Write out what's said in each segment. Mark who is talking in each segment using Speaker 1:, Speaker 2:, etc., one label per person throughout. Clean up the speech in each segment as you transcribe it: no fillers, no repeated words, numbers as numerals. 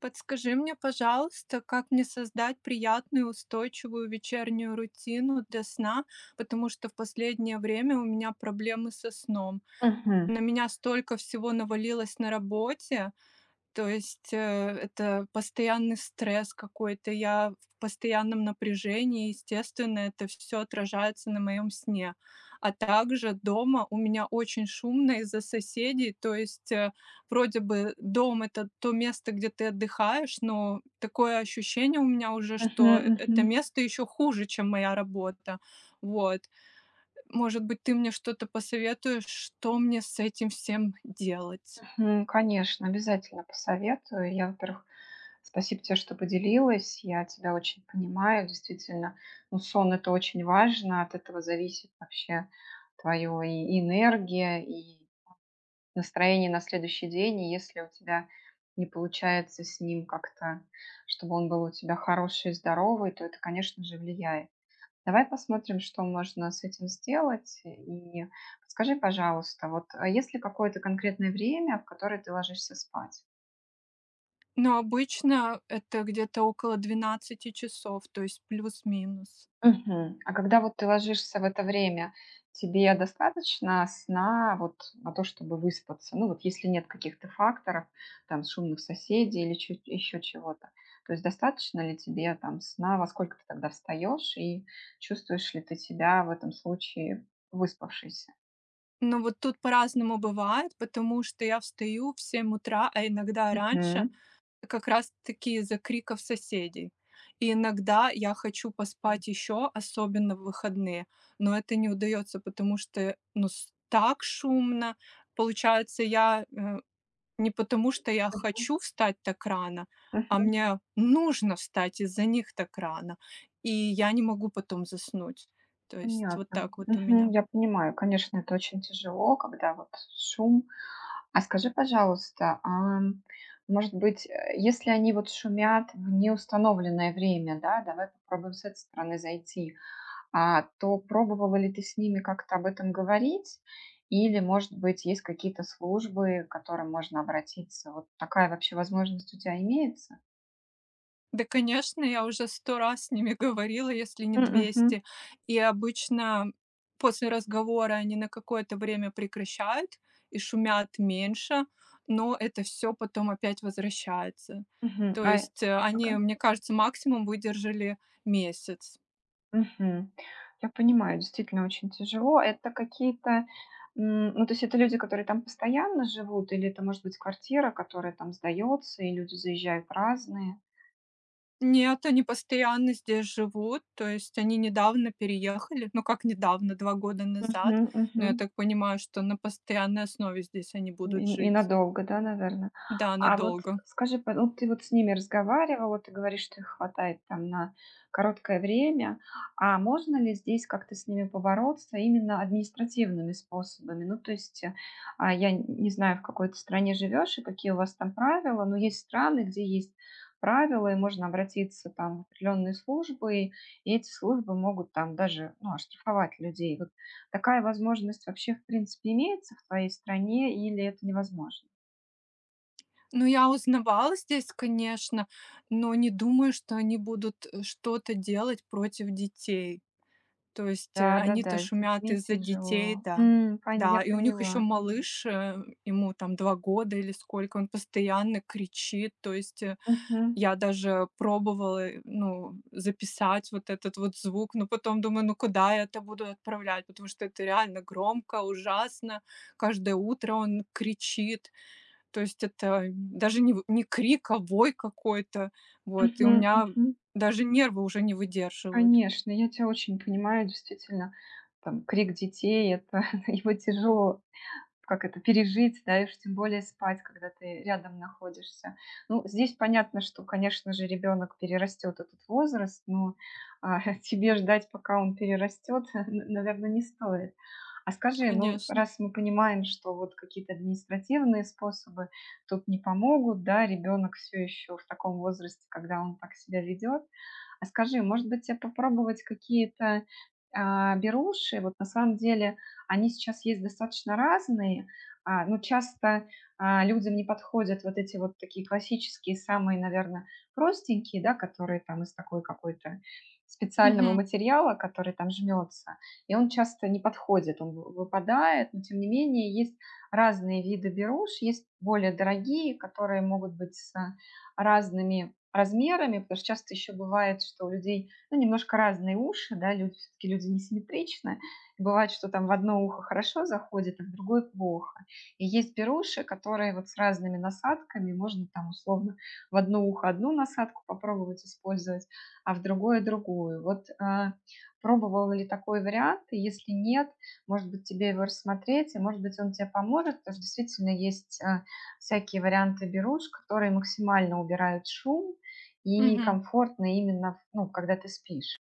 Speaker 1: Подскажи мне, пожалуйста, как мне создать приятную, устойчивую вечернюю рутину для сна, потому что в последнее время у меня проблемы со сном.
Speaker 2: Мгм.
Speaker 1: На меня столько всего навалилось на работе, то есть, это постоянный стресс какой-то, я в постоянном напряжении, естественно, это все отражается на моем сне. А также дома у меня очень шумно из-за соседей, то есть, вроде бы это то место, где ты отдыхаешь, но такое ощущение у меня уже,
Speaker 2: Мгм,
Speaker 1: что
Speaker 2: мгм,
Speaker 1: это место еще хуже, чем моя работа. Вот. Может быть, ты мне что-то посоветуешь, что мне с этим всем делать?
Speaker 2: мгм. Конечно, обязательно посоветую. Я, во-первых, спасибо тебе, что поделилась. Я тебя очень понимаю. Действительно, ну, сон это очень важно. От этого зависит вообще твое и энергия, и настроение на следующий день. И если у тебя не получается с ним как-то, чтобы он был у тебя хороший и здоровый, то это, конечно же, влияет. Давай посмотрим, что можно с этим сделать. И подскажи, пожалуйста, вот есть ли какое-то конкретное время, в которое ты ложишься спать?
Speaker 1: Но обычно это где-то около 12 часов, то есть плюс-минус.
Speaker 2: Мгм. А когда вот ты ложишься в это время, тебе достаточно сна вот на то, чтобы выспаться? Ну вот если нет каких-то факторов, там шумных соседей или еще чего-то, то есть достаточно ли тебе там сна, во сколько ты тогда встаешь и чувствуешь ли ты себя в этом случае выспавшейся?
Speaker 1: Но вот тут по-разному бывает, потому что я встаю в 7 утра, а иногда раньше,
Speaker 2: Мгм.
Speaker 1: как раз-таки из-за криков соседей. И иногда я хочу поспать еще, особенно в выходные, но это не удается, потому что, ну, с так шумно. Получается, не потому, что я хочу встать так рано, а мне нужно встать из-за них так рано, и я не могу потом заснуть. То есть вот
Speaker 2: Понятно.
Speaker 1: так вот у
Speaker 2: Мгм.
Speaker 1: меня.
Speaker 2: Я понимаю, конечно, это очень тяжело, когда вот шум. А скажи, пожалуйста, может быть, если они вот шумят в неустановленное время, да, давай попробуем с этой стороны зайти, то пробовала ли ты с ними как-то об этом говорить? Или, может быть, есть какие-то службы, к которым можно обратиться? Вот такая вообще возможность у тебя имеется?
Speaker 1: Да, конечно, я уже 100 раз с ними говорила, если не
Speaker 2: Мгм.
Speaker 1: двести. И обычно после разговора они на какое-то время прекращают и шумят меньше, но это все потом опять возвращается.
Speaker 2: Мгм.
Speaker 1: То есть,
Speaker 2: А,
Speaker 1: они,
Speaker 2: ага.
Speaker 1: мне кажется, максимум выдержали месяц.
Speaker 2: Мгм. Я понимаю, действительно очень тяжело. Это какие-то, ну, то есть это люди, которые там постоянно живут, или это может быть квартира, которая там сдается, и люди заезжают разные?
Speaker 1: Нет, они постоянно здесь живут, то есть они недавно переехали. Ну, как недавно, 2 года назад.
Speaker 2: Мгм,
Speaker 1: Но
Speaker 2: мгм.
Speaker 1: я так понимаю, что на постоянной основе здесь они будут
Speaker 2: И и
Speaker 1: жить.
Speaker 2: надолго, да, наверное.
Speaker 1: Да,
Speaker 2: А вот
Speaker 1: надолго.
Speaker 2: скажи, по ну, ты вот с ними разговаривала, ты говоришь, что их хватает там на короткое время. А можно ли здесь как-то с ними побороться именно административными способами? Ну, то есть, я н не знаю, в какой ты стране живешь и какие у вас там правила, но есть страны, где есть правила, и можно обратиться там в определенные службы, и эти службы могут там даже, ну, оштрафовать людей. Вот. Такая возможность вообще, в принципе, имеется в твоей стране или это невозможно?
Speaker 1: Ну, я узнавала здесь, конечно, но не думаю, что они будут, что-то делать против детей. То есть, они-то
Speaker 2: Да-да-да, с
Speaker 1: шумят
Speaker 2: детьми
Speaker 1: из-за детей,
Speaker 2: тяжело.
Speaker 1: да.
Speaker 2: М, пон Я
Speaker 1: Да, и у них еще
Speaker 2: поняла.
Speaker 1: малыш, ему там 2 года или сколько, он постоянно кричит, то есть, э.
Speaker 2: Мгм.
Speaker 1: Я даже пробовала, ну, записать вот этот вот звук, но потом думаю: "Ну, куда я это буду отправлять?" Потому что это реально громко, ужасно. Каждое утро он кричит. То есть это даже не крик, а вой какой-то. Вот, и у
Speaker 2: Мгм.
Speaker 1: меня
Speaker 2: Мгм.
Speaker 1: даже нервы уже не выдерживают.
Speaker 2: Конечно, я тебя очень понимаю, действительно, там крик детей- это его тяжело как это пережить, да, и уж тем более спать, когда ты рядом находишься. Ну, здесь понятно, что, конечно же, ребенок перерастет этот возраст, но тебе ждать, пока он перерастет, наверное, не стоит. А скажи, ну,
Speaker 1: Конечно.
Speaker 2: раз мы понимаем, что вот какие-то административные способы тут не помогут, да, ребенок все еще в таком возрасте, когда он так себя ведет, а скажи, может быть, тебе попробовать какие-то беруши, вот на самом деле они сейчас есть достаточно разные, но часто людям не подходят вот эти вот такие классические, самые, наверное, простенькие, да, которые там из такой какой-то специального
Speaker 1: Мгм.
Speaker 2: материала, который там жмется, и он часто не подходит, он выпадает, но тем не менее есть разные виды беруш, есть более дорогие, которые могут быть с разными размерами, потому что часто еще бывает, что у людей ну, немножко разные уши, да, люди, все-таки люди несимметричны. Бывает, что там в одно ухо хорошо заходит, а в другое плохо. И есть беруши, которые вот с разными насадками, можно там условно в одно ухо одну насадку попробовать использовать, а в другое другую. Вот пробовала ли такой вариант? И если нет, может быть, тебе его рассмотреть, и может быть, он тебе поможет, потому что действительно есть всякие варианты беруш, которые максимально убирают шум и
Speaker 1: Мгм.
Speaker 2: комфортно именно, ну, когда ты спишь.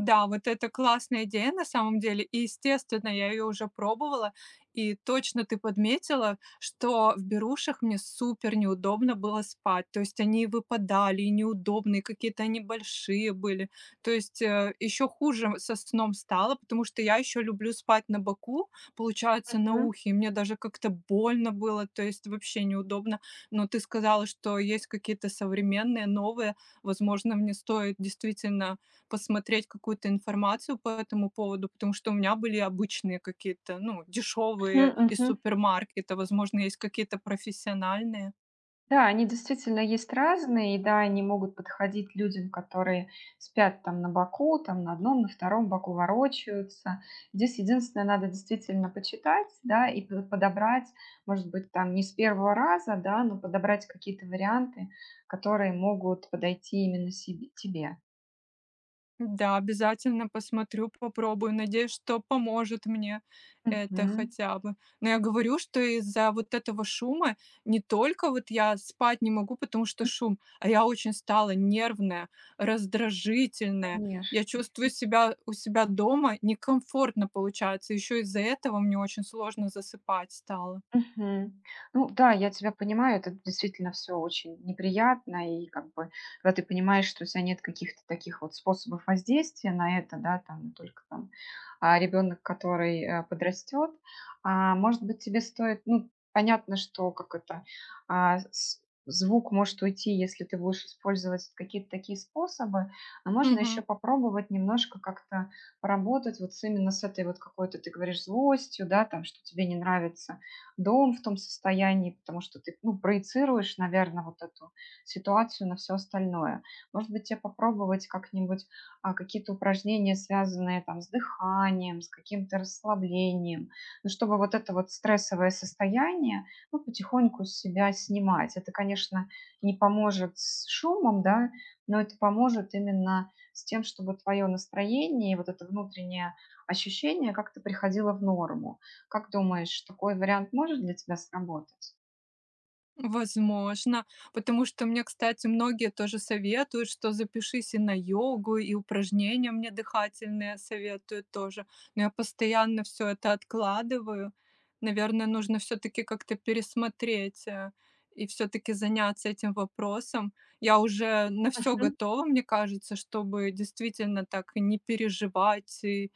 Speaker 1: Да, вот это классная идея на самом деле. И, естественно, я ее уже пробовала. И точно ты подметила, что в берушах мне супер неудобно было спать. То есть они выпадали, и неудобные, какие-то они большие были. То есть еще хуже со сном стало, потому что я еще люблю спать на боку, получается, на
Speaker 2: Мгм,
Speaker 1: ухе. И мне даже как-то больно было, то есть вообще неудобно. Но ты сказала, что есть какие-то современные, новые. Возможно, мне стоит действительно посмотреть какую-то информацию по этому поводу, потому что у меня были обычные какие-то, ну, дешевые
Speaker 2: мгм,
Speaker 1: из
Speaker 2: мгм.
Speaker 1: супермаркета, возможно, есть какие-то профессиональные.
Speaker 2: Да, они действительно есть разные, и да, они могут подходить людям, которые спят там на боку, там на одном, на втором боку ворочаются. Здесь единственное, надо действительно почитать, да, и подобрать, может быть, там не с первого раза, да, но подобрать какие-то варианты, которые могут подойти именно себе, тебе.
Speaker 1: Да, обязательно посмотрю, попробую. Надеюсь, что поможет мне это
Speaker 2: Мгм.
Speaker 1: хотя бы. Но я говорю, что из-за вот этого шума не только вот я спать не могу, потому что
Speaker 2: Ну,
Speaker 1: шум, а я очень стала нервная, раздражительная. Я
Speaker 2: конечно.
Speaker 1: чувствую себя у себя дома некомфортно получается. Еще из-за этого мне очень сложно засыпать стало.
Speaker 2: Мгм. Ну да, я тебя понимаю, это действительно все очень неприятно, и как бы, когда ты понимаешь, что у тебя нет каких-то таких вот способов воздействия на это, да, там только там ребенок, который подрастет, может быть, тебе стоит, ну, понятно, что как это, а, с- звук может уйти, если ты будешь использовать какие-то такие способы, но можно еще
Speaker 1: Мгм.
Speaker 2: попробовать немножко как-то поработать вот именно с этой вот какой-то, ты говоришь, злостью, да, там, что тебе не нравится дом в том состоянии, потому что ты, ну, проецируешь, наверное, вот эту ситуацию на все остальное. Может быть, тебе попробовать как-нибудь какие-то упражнения, связанные там с дыханием, с каким-то расслаблением, ну, чтобы вот это вот стрессовое состояние, ну, потихоньку с себя снимать. Это, конечно, не поможет с шумом, да, но это поможет именно с тем, чтобы твое настроение и вот это внутреннее ощущение как-то приходило в норму. Как думаешь, такой вариант может для тебя сработать?
Speaker 1: Возможно, потому что мне, кстати, многие тоже советуют, что запишись и на йогу, и упражнения мне дыхательные советуют тоже. Но я постоянно все это откладываю. Наверное, нужно все таки как-то пересмотреть, и все таки заняться этим вопросом. Я уже на все
Speaker 2: Мгм,
Speaker 1: готова, мне кажется, чтобы действительно так и не переживать, и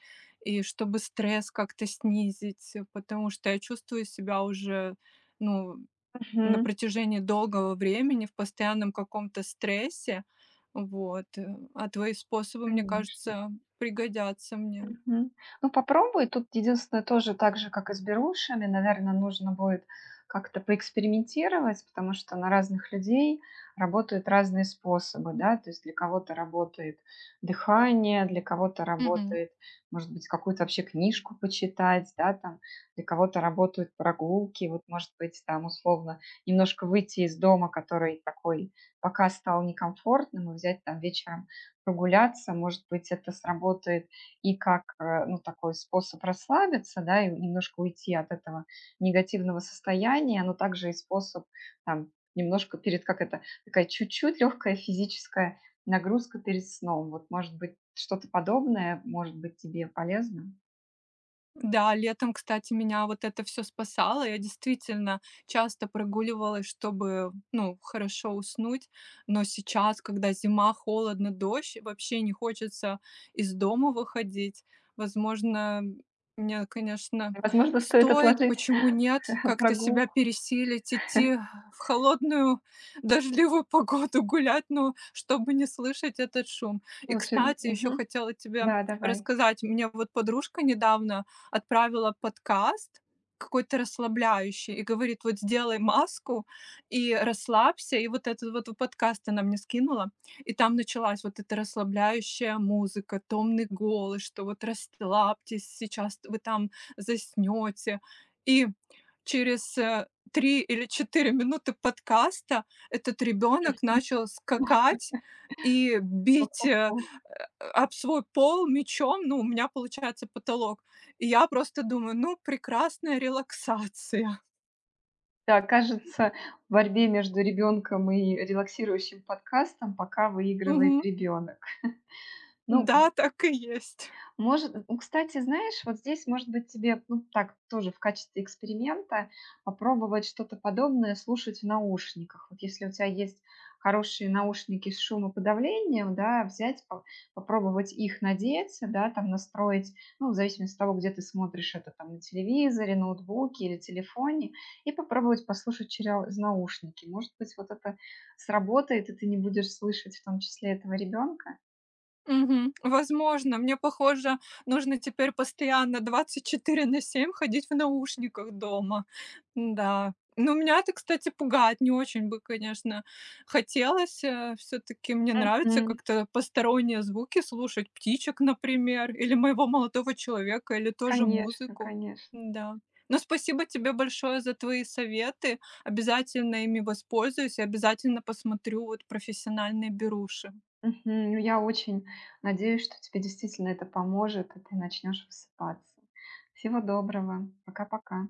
Speaker 1: чтобы стресс как-то снизить, потому что я чувствую себя уже, ну, на
Speaker 2: мгм.
Speaker 1: протяжении долгого времени в постоянном каком-то стрессе. А твои способы, мне
Speaker 2: Конечно.
Speaker 1: кажется, пригодятся мне.
Speaker 2: Мгм. Ну, попробуй. Тут единственное, тоже так же, как и с берушами, наверное, нужно будет как-то поэкспериментировать, потому что на разных людей работают разные способы, да, то есть для кого-то работает дыхание, для кого-то
Speaker 1: Мгм.
Speaker 2: работает, может быть, какую-то вообще книжку почитать, да, там, для кого-то работают прогулки, вот, может быть, там, условно, немножко выйти из дома, который такой пока стал некомфортным, и взять там вечером прогуляться, может быть, это сработает и как, ну, такой способ расслабиться, да, и немножко уйти от этого негативного состояния, но также и способ там немножко перед, как это, такая чуть-чуть легкая физическая нагрузка перед сном. Вот, может быть, что-то подобное может быть тебе полезно?
Speaker 1: Да, летом, кстати, меня вот это все спасало. Я действительно часто прогуливалась, чтобы, ну, хорошо уснуть. Но сейчас, когда зима, холодно, дождь, вообще не хочется из дома выходить. Возможно, мне, конечно,
Speaker 2: Возможно, стоит
Speaker 1: стоит,
Speaker 2: отложить
Speaker 1: почему нет, как-то себя
Speaker 2: прогулку.
Speaker 1: пересилить, идти в холодную, дождливую погоду гулять, но чтобы не слышать этот шум. И,
Speaker 2: Лучше,
Speaker 1: кстати, еще
Speaker 2: мгм.
Speaker 1: хотела тебе
Speaker 2: Да, давай.
Speaker 1: рассказать. Мне вот подружка недавно отправила подкаст какой-то расслабляющий и говорит: "Вот сделай маску и расслабься". И вот этот вот подкаст она мне скинула, и там началась вот эта расслабляющая музыка, томный голос, что вот расслабьтесь, сейчас вы там заснёте. И через 3 или 4 минуты подкаста этот ребенок начал скакать и бить, э,
Speaker 2: Хо-хо-хо.
Speaker 1: э, об свой пол мечом, ну, у меня получается потолок. И я просто думаю: "Ну, прекрасная релаксация".
Speaker 2: Да, кажется, в борьбе между ребенком и релаксирующим подкастом пока выигрывает
Speaker 1: Мгм.
Speaker 2: ребенок. Ну,
Speaker 1: Да, так и есть.
Speaker 2: может, ну кстати, знаешь, вот здесь, может быть, тебе, ну, так, тоже в качестве эксперимента попробовать что-то подобное слушать в наушниках. Вот если у тебя есть хорошие наушники с шумоподавлением, да, взять, попробовать их надеть, да, там настроить, ну, в зависимости от того, где ты смотришь это, там, на телевизоре, ноутбуке или телефоне, и попробовать послушать через наушники. Может быть, вот это сработает, и ты не будешь слышать в том числе этого ребенка.
Speaker 1: Мгм. Возможно, мне, похоже, нужно теперь постоянно 24/7 ходить в наушниках дома. Да. Но меня это, кстати, пугает. Не очень бы, конечно, хотелось. Все-таки мне нравится
Speaker 2: Мгм.
Speaker 1: как-то посторонние звуки слушать, птичек, например, или моего молодого человека, или тоже
Speaker 2: Конечно,
Speaker 1: музыку.
Speaker 2: конечно.
Speaker 1: Да. Но спасибо тебе большое за твои советы. Обязательно ими воспользуюсь и обязательно посмотрю вот профессиональные беруши.
Speaker 2: Мгм. Ну, я очень надеюсь, что тебе действительно это поможет, и ты начнешь высыпаться. Всего доброго. Пока-пока.